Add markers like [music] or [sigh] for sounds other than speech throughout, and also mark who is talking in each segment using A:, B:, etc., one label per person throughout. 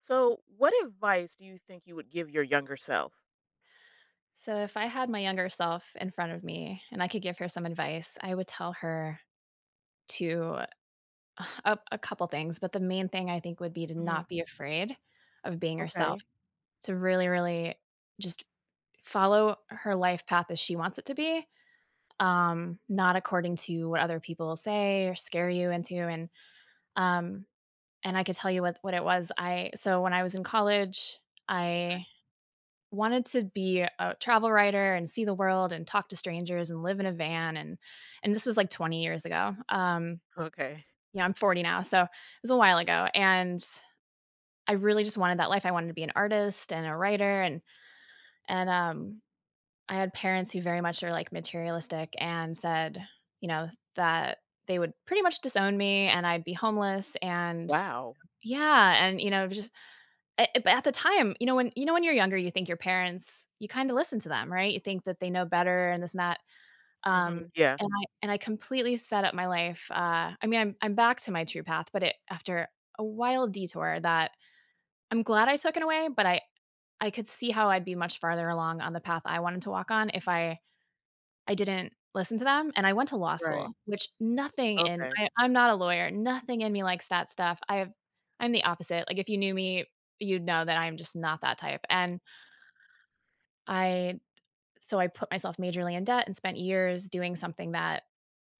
A: So, what advice do you think you would give your younger self?
B: So, if I had my younger self in front of me and I could give her some advice, I would tell her to [sighs] a couple things, but the main thing I think would be to
A: Hmm.
B: not be afraid of being herself,
A: Okay.
B: to really, really just follow her life path as she wants it to be, not according to what other people say or scare you into. Um, and I could tell you what it was. I so when I was in college,
A: Okay.
B: I wanted to be a travel writer and see the world and talk to strangers and live in a van and this was like 20 years ago.
A: Okay.
B: Yeah, I'm 40 now, so it was a while ago. And I really just wanted that life. I wanted to be an artist and a writer and I had parents who very much are like materialistic and said, you know, that they would pretty much disown me and I'd be homeless and
A: Wow.
B: yeah, and just but at the time, when you're younger, you think your parents you kinda listen to them, right? You think that they know better and this and that, um,
A: Hmm. Yeah.
B: and I completely set up my life, I mean, I'm back to my true path, but it after a wild detour that I'm glad I took in a way, but I could see how I'd be much farther along on the path I wanted to walk on if I didn't listen to them, and I went to law
A: Right.
B: school, which nothing in
A: Okay.
B: I I'm not a lawyer, nothing in me likes that stuff. I'm the opposite, like, if you knew me, you'd know that I'm just not that type, and I so I put myself majorly in debt and spent years doing something that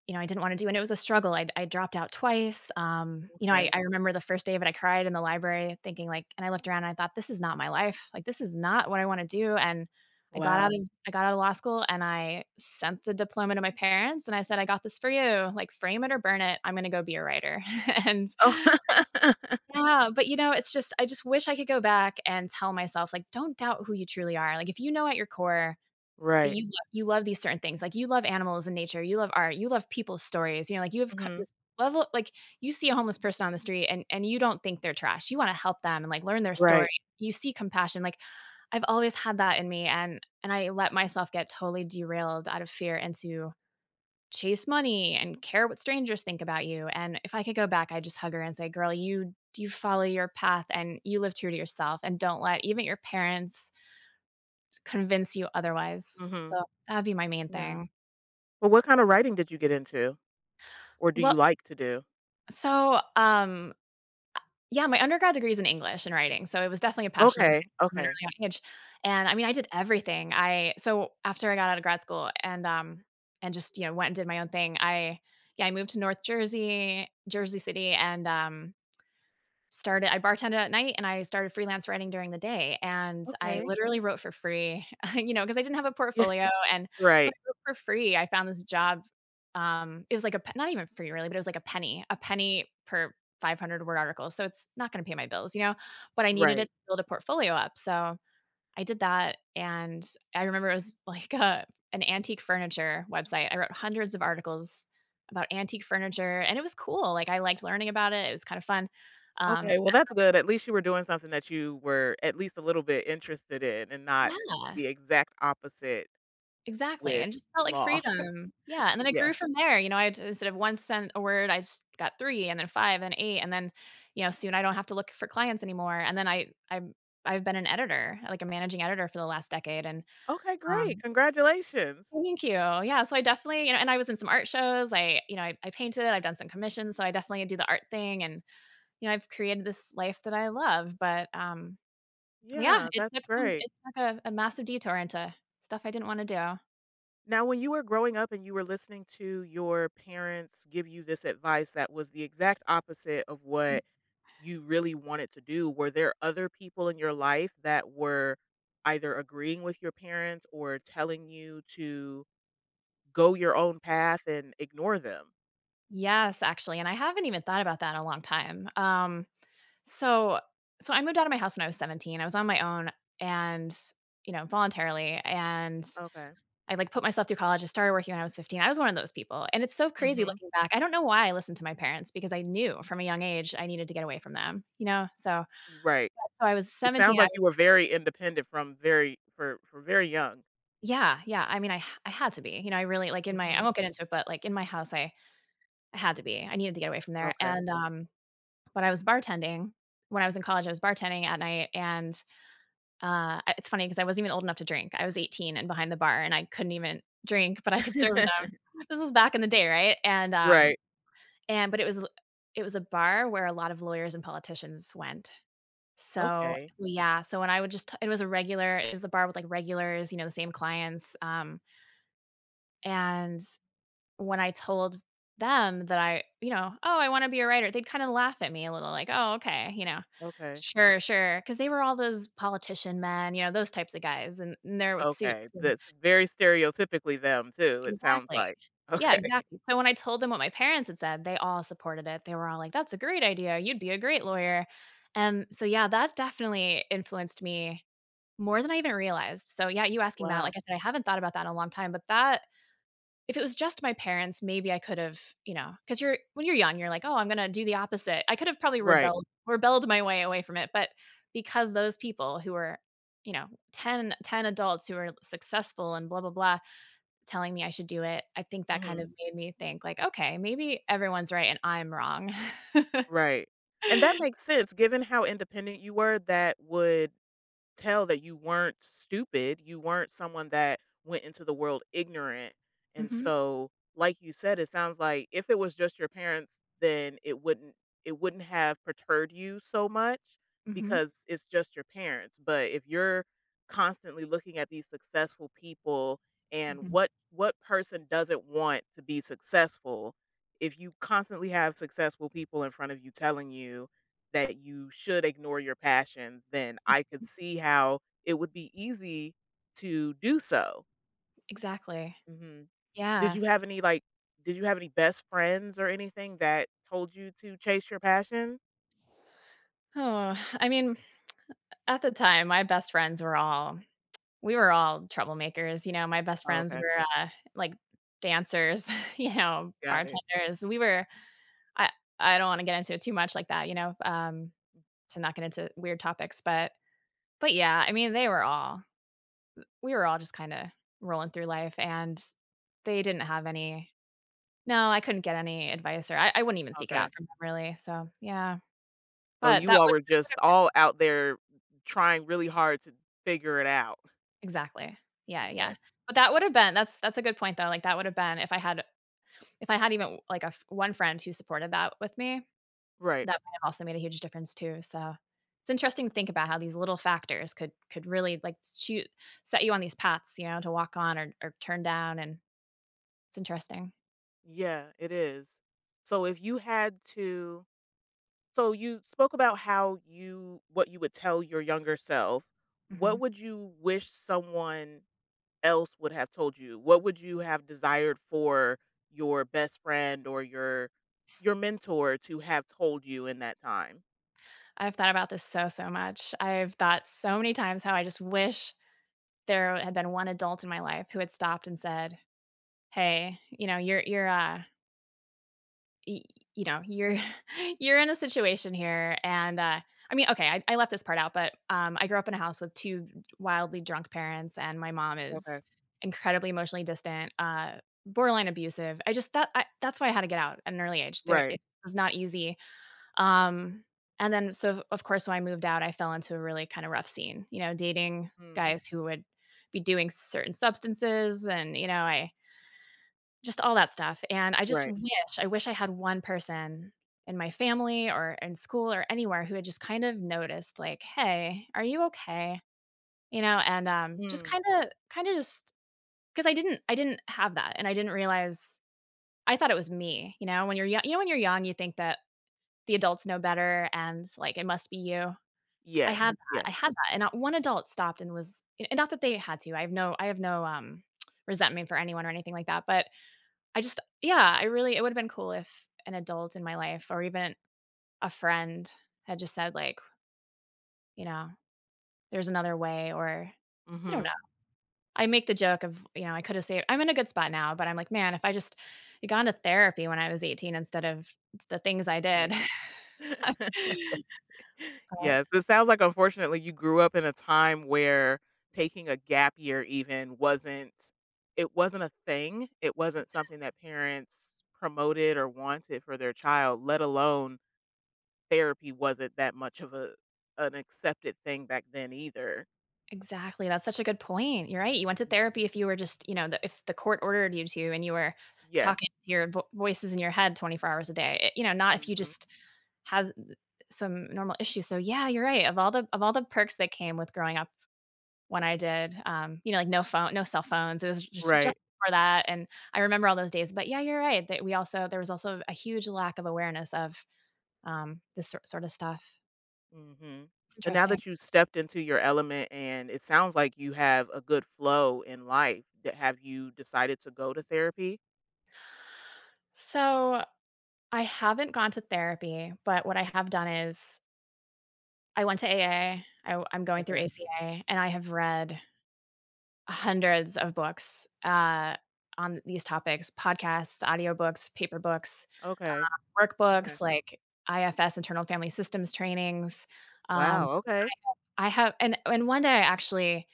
B: you know, I didn't wanna do and it was a struggle. I dropped out twice, you know, I
A: Okay.
B: I remember the first day of it, I cried in the library thinking, like and I looked around and I thought, "This is not my life. Like, this is not what I wanna do," and
A: Wow.
B: I got out of law school, and I sent the diploma to my parents, and I said, "I got this for you. Like, frame it or burn it. I'm gonna go be a writer." [laughs] And
A: Oh. [laughs]
B: yeah, but, you know, it's just I just wish I could go back and tell myself, like, "Don't doubt who you truly are." Like, if you know at your core that
A: Right.
B: you love these certain things, like, you love animals and nature, you love art, you love people's stories, you know, like, you have co
A: Hmm.
B: this level like, you see a homeless person on the street and you don't think they're trash, you wanna help them and, like, learn their story,
A: Right.
B: you see compassion, like, I've always had that in me and I let myself get totally derailed out of fear and to chase money and care what strangers think about you, and if I could go back, I'd just hug her and say, "Girl, you follow your path and you live true to yourself and don't let even your parents convince you otherwise."
A: Hmm.
B: So, that'd be my main
A: Yeah.
B: thing.
A: Well, what kind of writing did you get into, or do
B: Well,
A: you
B: s
A: like to do?
B: so, um, yeah, my undergrad degree is in English and writing, so it was definitely a passion of mine
A: Okay.
B: from an
A: Okay.
B: early young age, and, I mean, I did everything. I so after I got out of grad school and just, you know, went and did my own thing, I yeah, I moved to North Jersey City, and, Started I bartended at night and I started freelance writing during the day, and I
A: Okay.
B: literally wrote for free, [laughs] you know, because I didn't have a
A: Yeah.
B: portfolio, and so I
A: Right.
B: wrote for free. I found this job, it was like a p not even free really, but it was like a penny per 500 word article, so it's not gonna pay my bills, you know, but I needed it to
A: Right.
B: build a portfolio up, so I did that, and I remember it was [laughs] like a an antique furniture website. I wrote hundreds of articles about antique furniture, and it was cool, like, I liked learning about it, it was kind of fun. Um,
A: Okay. Well, that's good. At least you were doing something that you were at least a little bit interested in, and not
B: Yeah,
A: the exact opposite
B: exactly,
A: with
B: and just felt like
A: law.
B: freedom. Yeah, and then it
A: Yeah.
B: grew from there, you know, I'd instead of 1 cent a word, I just got 3 and then 5 and 8 and then, you know, soon I don't have to look for clients anymore, and then I've been an editor, like a managing editor for the last decade, and,
A: Okay, great.
B: um
A: Congratulations.
B: Thank you. Yeah, so I definitely you know, and I was in some art shows, I painted, I've done some commissions, so I definitely do the art thing and, you know, I've created this life that I love, but, yeah,
A: Yeah, that's great.
B: it took a massive detour into stuff I didn't wanna do.
A: Now, when you were growing up and you were listening to your parents give you this advice that was the exact opposite of what you really wanted to do, were there other people in your life that were either agreeing with your parents or telling you to go your own path and ignore them?
B: Yes, actually, and I haven't even thought about that in a long time. So so I moved out of my house when I was 17. I was on my own and, you know, voluntarily, and
A: Okay.
B: I, like, put myself through college, I started working when I was 15, I was one of those people, and it's so crazy
A: Mhm.
B: looking back, I don't know why I listened to my parents because I knew from a young age I needed to get away from them, you know, so
A: Right.
B: so I was
A: It sounds
B: 17, I
A: like you were very independent from very for very young.
B: yeah, yeah, I mean, I had to be, you know, I really like, in my I
A: Mhm.
B: won't get into it, but, like, in my house, I had to be, I needed to get away from there,
A: Okay.
B: and, but I was bartending when I was in college, I was bartending at night, and, I it's funny because I wasn't even old enough to drink, I was 18 and behind the bar, and I couldn't even drink, but I could serve them.
A: [laughs]
B: This was back in the day, right? And,
A: Right.
B: But it was a bar where a lot of lawyers and politicians went. So,
A: Okay,
B: yeah. Yeah, so when I would just it was a regular it was a bar with, like, regulars, you know, the same clients, and when I told them that I, you know, "Oh, I wanna be a writer," they'd kinda laugh at me a little like, "Oh, okay," you know,
A: okay.
B: "Sure, sure," because they were all those politician men, you know, those types of guys in their
A: Okay,
B: suits.
A: that's very stereotypically them too, it sounds
B: Exactly.
A: like.
B: Yeah,
A: Okay. [laughs]
B: exactly. So when I told them what my parents had said, they all supported it. They were all like, "That's a great idea. You'd be a great lawyer." And so, yeah, that definitely influenced me more than I even realized. So, yeah, you asking that, like
A: Wow.
B: I said, I haven't thought about that in a long time, but that if it was just my parents, maybe I could have, you know, because you're when you're young, you're like, "Oh, I'm gonna do the opposite." I could have probably
A: Right.
B: rebelled my way away from it, but because those people who were, you know, 10, 10 adults who were successful and blah, blah, blah, telling me I should do it, I think that kind
A: Mhm.
B: of made me think like, "Okay, maybe everyone's right and I'm wrong." [laughs]
A: Right. And that makes sense given how independent you were, that would tell that you weren't stupid, you weren't someone that went into the world ignorant, and
B: Mhm,
A: so, like you said, it sounds like if it was just your parents, then it wouldn't have perturbed you so much
B: mhm,
A: because it's just your parents, but if you're constantly looking at these successful people and
B: mhm.
A: what person doesn't want to be successful, if you constantly have successful people in front of you telling you that you should ignore your passion, then I could see how it would be easy to do so.
B: Exactly.
A: Mhm. Did
B: Yeah.
A: you have any, did you have any best friends or anything that told you to chase your passion?
B: Oh, I mean, at the time, my best friends were all we were all troublemakers, you know, my best friends
A: Okay,
B: were, like, dancers, [laughs] you know,
A: got it.
B: bartenders. We were I I don't wanna get into it too much like that, you know, to not get into weird topics, but yeah, I mean, they were all we were all just kinda rolling through life, and they didn't have any no, I couldn't get any advice, or I wouldn't even seek it
A: Okay.
B: out from them really, so, yeah.
A: So
B: But
A: you all were
B: that would
A: just
B: have been
A: all out there trying really hard to figure it out.
B: exactly. Yeah, yeah.
A: Okay.
B: But that would have been that's a good point, though, like, that would have been if I had even, like, a f one friend who supported that with me,
A: Right.
B: that might have also made a huge difference too, so it's interesting to think about how these little factors could really, like, shoot set you on these paths, you know, to walk on or turn down, and it's interesting.
A: Yeah, it is. So if you had to So you spoke about how you what you would tell your younger self. What
B: Mhm.
A: would you wish someone else would have told you? What would you have desired for your best friend or your mentor to have told you in that time?
B: I've thought about this so, so much. I've thought so many times how I just wish there had been one adult in my life who had stopped and said, "Hey, you know, y you're [laughs] you're in a situation here," and. I left this part out, but, I grew up in a house with 2 wildly drunk parents, and my mom is
A: Okay.
B: incredibly emotionally distant, borderline abusive. I just thought I that's why I had to get out at an early age. There
A: Right.
B: It was not easy, um, and then so of course, when I moved out, I fell into a really kind of rough scene, you know, dating
A: Mm.
B: guys who would be doing certain substances and, I just all that stuff. And I just
A: Right.
B: wish I had one person in my family or in school or anywhere who had just kind of noticed, like, "Hey, are you okay?" And just
A: Mm.
B: kind of just because I didn't have that and I didn't realize. I thought it was me. You know, when you're young, when you're young you think that the adults know better and, like, it must be you.
A: Yes.
B: I
A: Yes.
B: had that, and not one adult stopped and was — and not that they had to. I have no, resentment for anyone or anything like that, but I just yeah, I really — it would've been cool if an adult in my life or even a friend had just said, like, you know, "There's another way," or I don't know.
A: Mhm.
B: I make the joke of, you know, I coulda saved I'm in a good spot now, but I'm like, "Man, if I just had gone to therapy when I was 18 instead of the things I did." [laughs]
A: Right. [laughs]
B: But
A: Yes, it sounds like unfortunately you grew up in a time where taking a gap year even wasn't it wasn't a thing. It wasn't something that parents promoted or wanted for their child, let alone therapy wasn't that much of a an accepted thing back then either.
B: exactly, that's such a good point, you're right, you went to
A: Mm.
B: therapy if you were just, you know, the if the court ordered you to and you were talking
A: Yes.
B: to your vo voices in your head 24 hours a day, eh, you know, not if you
A: Mhm.
B: just had some normal issues. So yeah, you're right, of all the perks that came with growing up when I did, you know, like, no cell phones, it was just
A: Right.
B: for that, and I remember all those days. But yeah, you're right, that we also — there was also a huge lack of awareness of, this sort of stuff.
A: Mhm.
B: It's
A: And now
B: interesting.
A: that you stepped into your element and it sounds like you have a good flow in life, have you decided to go to therapy?
B: So I haven't gone to therapy, but what I have done is I went to AA. I am going through
A: Okay.
B: ACA, and I have read hundreds of books, on these topics — podcasts, audiobooks, paper books,
A: Okay. Okay.
B: workbooks, like IFS, internal family systems trainings. Um,
A: Wow, okay.
B: I have, and one day, I actually —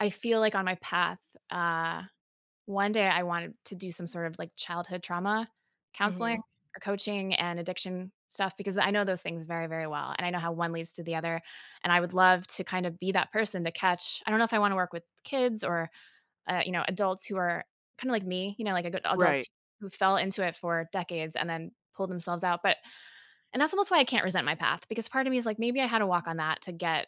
B: I feel like on my path, uh, one day I wanted to do some sort of, like, childhood trauma counseling
A: Mhm.
B: or coaching and addiction stuff because I know those things very, very well, and I know how one leads to the other, and I would love to kind of be that person to catch — I don't know if I wanna work with kids or, you know, adults who are kinda like me, you know, like, a adults
A: Right.
B: who fell into it for decades and then pulled themselves out. But and that's almost why I can't resent my path, because part of me is like, "Maybe I had to walk on that to get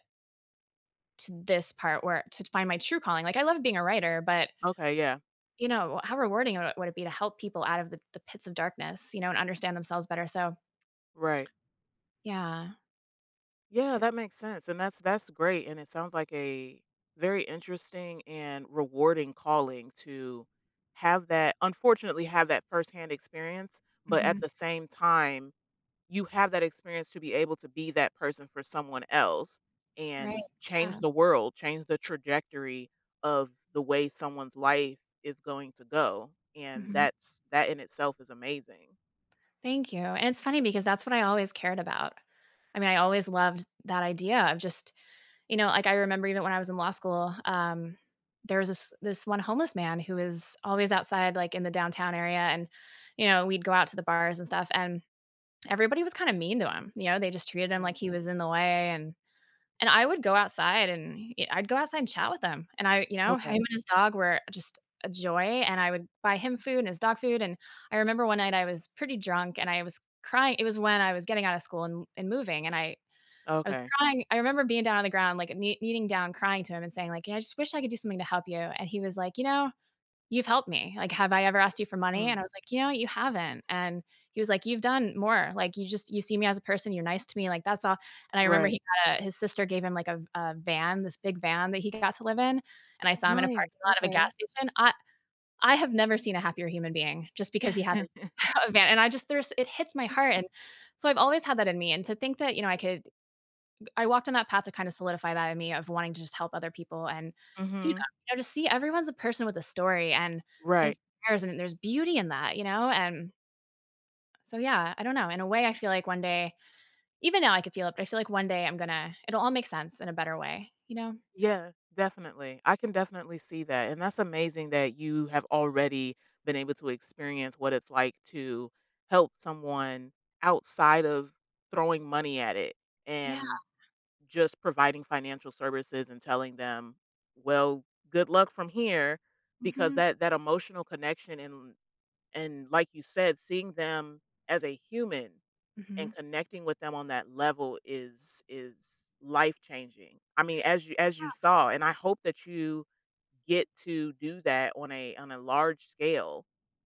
B: to this part where — to find my true calling." Like, I love being a writer, but,
A: Okay, yeah.
B: you know, how rewarding would it be to help people out of the pits of darkness, you know, and understand themselves better. So
A: Right.
B: yeah,
A: Yeah,
B: I
A: that makes sense, and that's great, and it sounds like a very interesting and rewarding calling to have that unfortunately, have that firsthand experience, but at
B: mhm,
A: the same time, you have that experience to be able to be that person for someone else
B: right,
A: and
B: yeah,
A: change the world, change the trajectory of the way someone's life is going to go, and
B: mhm.
A: that in itself is amazing.
B: Thank you, and it's funny because that's what I always cared about. I mean, I always loved that idea of just, you know, like, I remember even when I was in law school, there was this one homeless man who was always outside, like, in the downtown area, and, you know, we'd go out to the bars and stuff, and everybody was kinda mean to him, you know, they just treated him like
A: Mm,
B: he was in the way. And I would go outside and y I'd go outside and chat with him, and I you know, him and
A: okay.
B: his dog were just a joy, and I would buy him food and his dog food. And I remember one night I was pretty drunk and I was crying — it was when I was getting out of school and moving, and I was
A: Okay.
B: crying. I remember being down on the ground, like, kneeling down, crying to him and saying, like, "Yeah, I just wish I could do something to help you," and he was like, "You know, you've helped me. Like, have I ever asked you for money?" And
A: Mm.
B: I was like, "You know, you haven't." And he was like, "You've done more. Like, you just — you see me as a person. You're nice to me. Like, that's all." And I remember
A: Right.
B: he got his sister gave him, like, a van, this big van that he got to live in. And I saw him in a parking
A: Nice,
B: lot of a gas
A: okay.
B: station. I have never seen a happier human being just because he had
A: [laughs]
B: a [laughs] a van. And I just — there's — it hits my heart. And so I've always had that in me. And to think that, you know, I walked on that path to kind of solidify that in me of wanting to just help other people and see them,
A: Mhm.
B: you know, just — see everyone's a person with a story, and
A: Right.
B: it's theirs and there's beauty in that, you know? And so yeah, I don't know. In a way I feel like one day — even now I could feel it — but I feel like one day I'm gonna it'll all make sense in a better way, you know?
A: Yeah, definitely. I can definitely see that, and that's amazing that you have already been able to experience what it's like to help someone outside of throwing money at it
B: Yeah.
A: and just providing financial services and telling them, "Well, good luck from here," because
B: Mhm.
A: that emotional connection and like you said, seeing them as a human. And
B: Mhm.
A: connecting with them on that level is life-changing. I mean, as you saw, and I hope that you get to do that on a large scale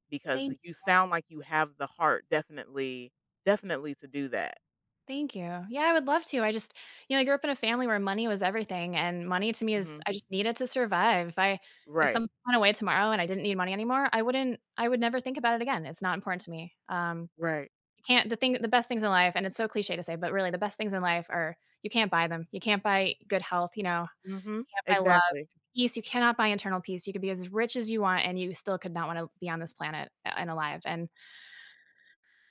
A: because
B: Thank
A: you sound like you have the heart definitely to do that.
B: Thank you. Yeah, I would love to. I just, you know, I grew up in a family where money was everything, and money to me is —
A: Mhm.
B: I just need it to survive. If
A: Right.
B: someone went away tomorrow and I didn't need money anymore, I would never think about it again. It's not important to me.
A: Right.
B: You can't — the best things in life, and it's so cliche to say, but really the best things in life are — you can't buy them. You can't buy good health, you know, you
A: Mhm.
B: can't buy love,
A: Exactly.
B: peace. You cannot buy internal peace. You could be as rich as you want and you still could not want to be on this planet, and alive. And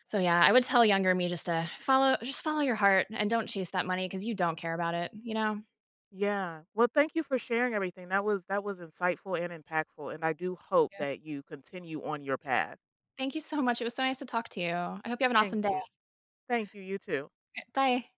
B: so yeah, I would tell younger me just to follow — just follow your heart and don't chase that money because you don't care about it, you know?
A: Yeah. Well, thank you for sharing everything. That was insightful and impactful, and I do hope that you continue on your path.
B: Thank you so much. It was so nice to talk to you. I hope you have an
A: Thank
B: awesome day.
A: you. Thank you, you too.
B: Bye.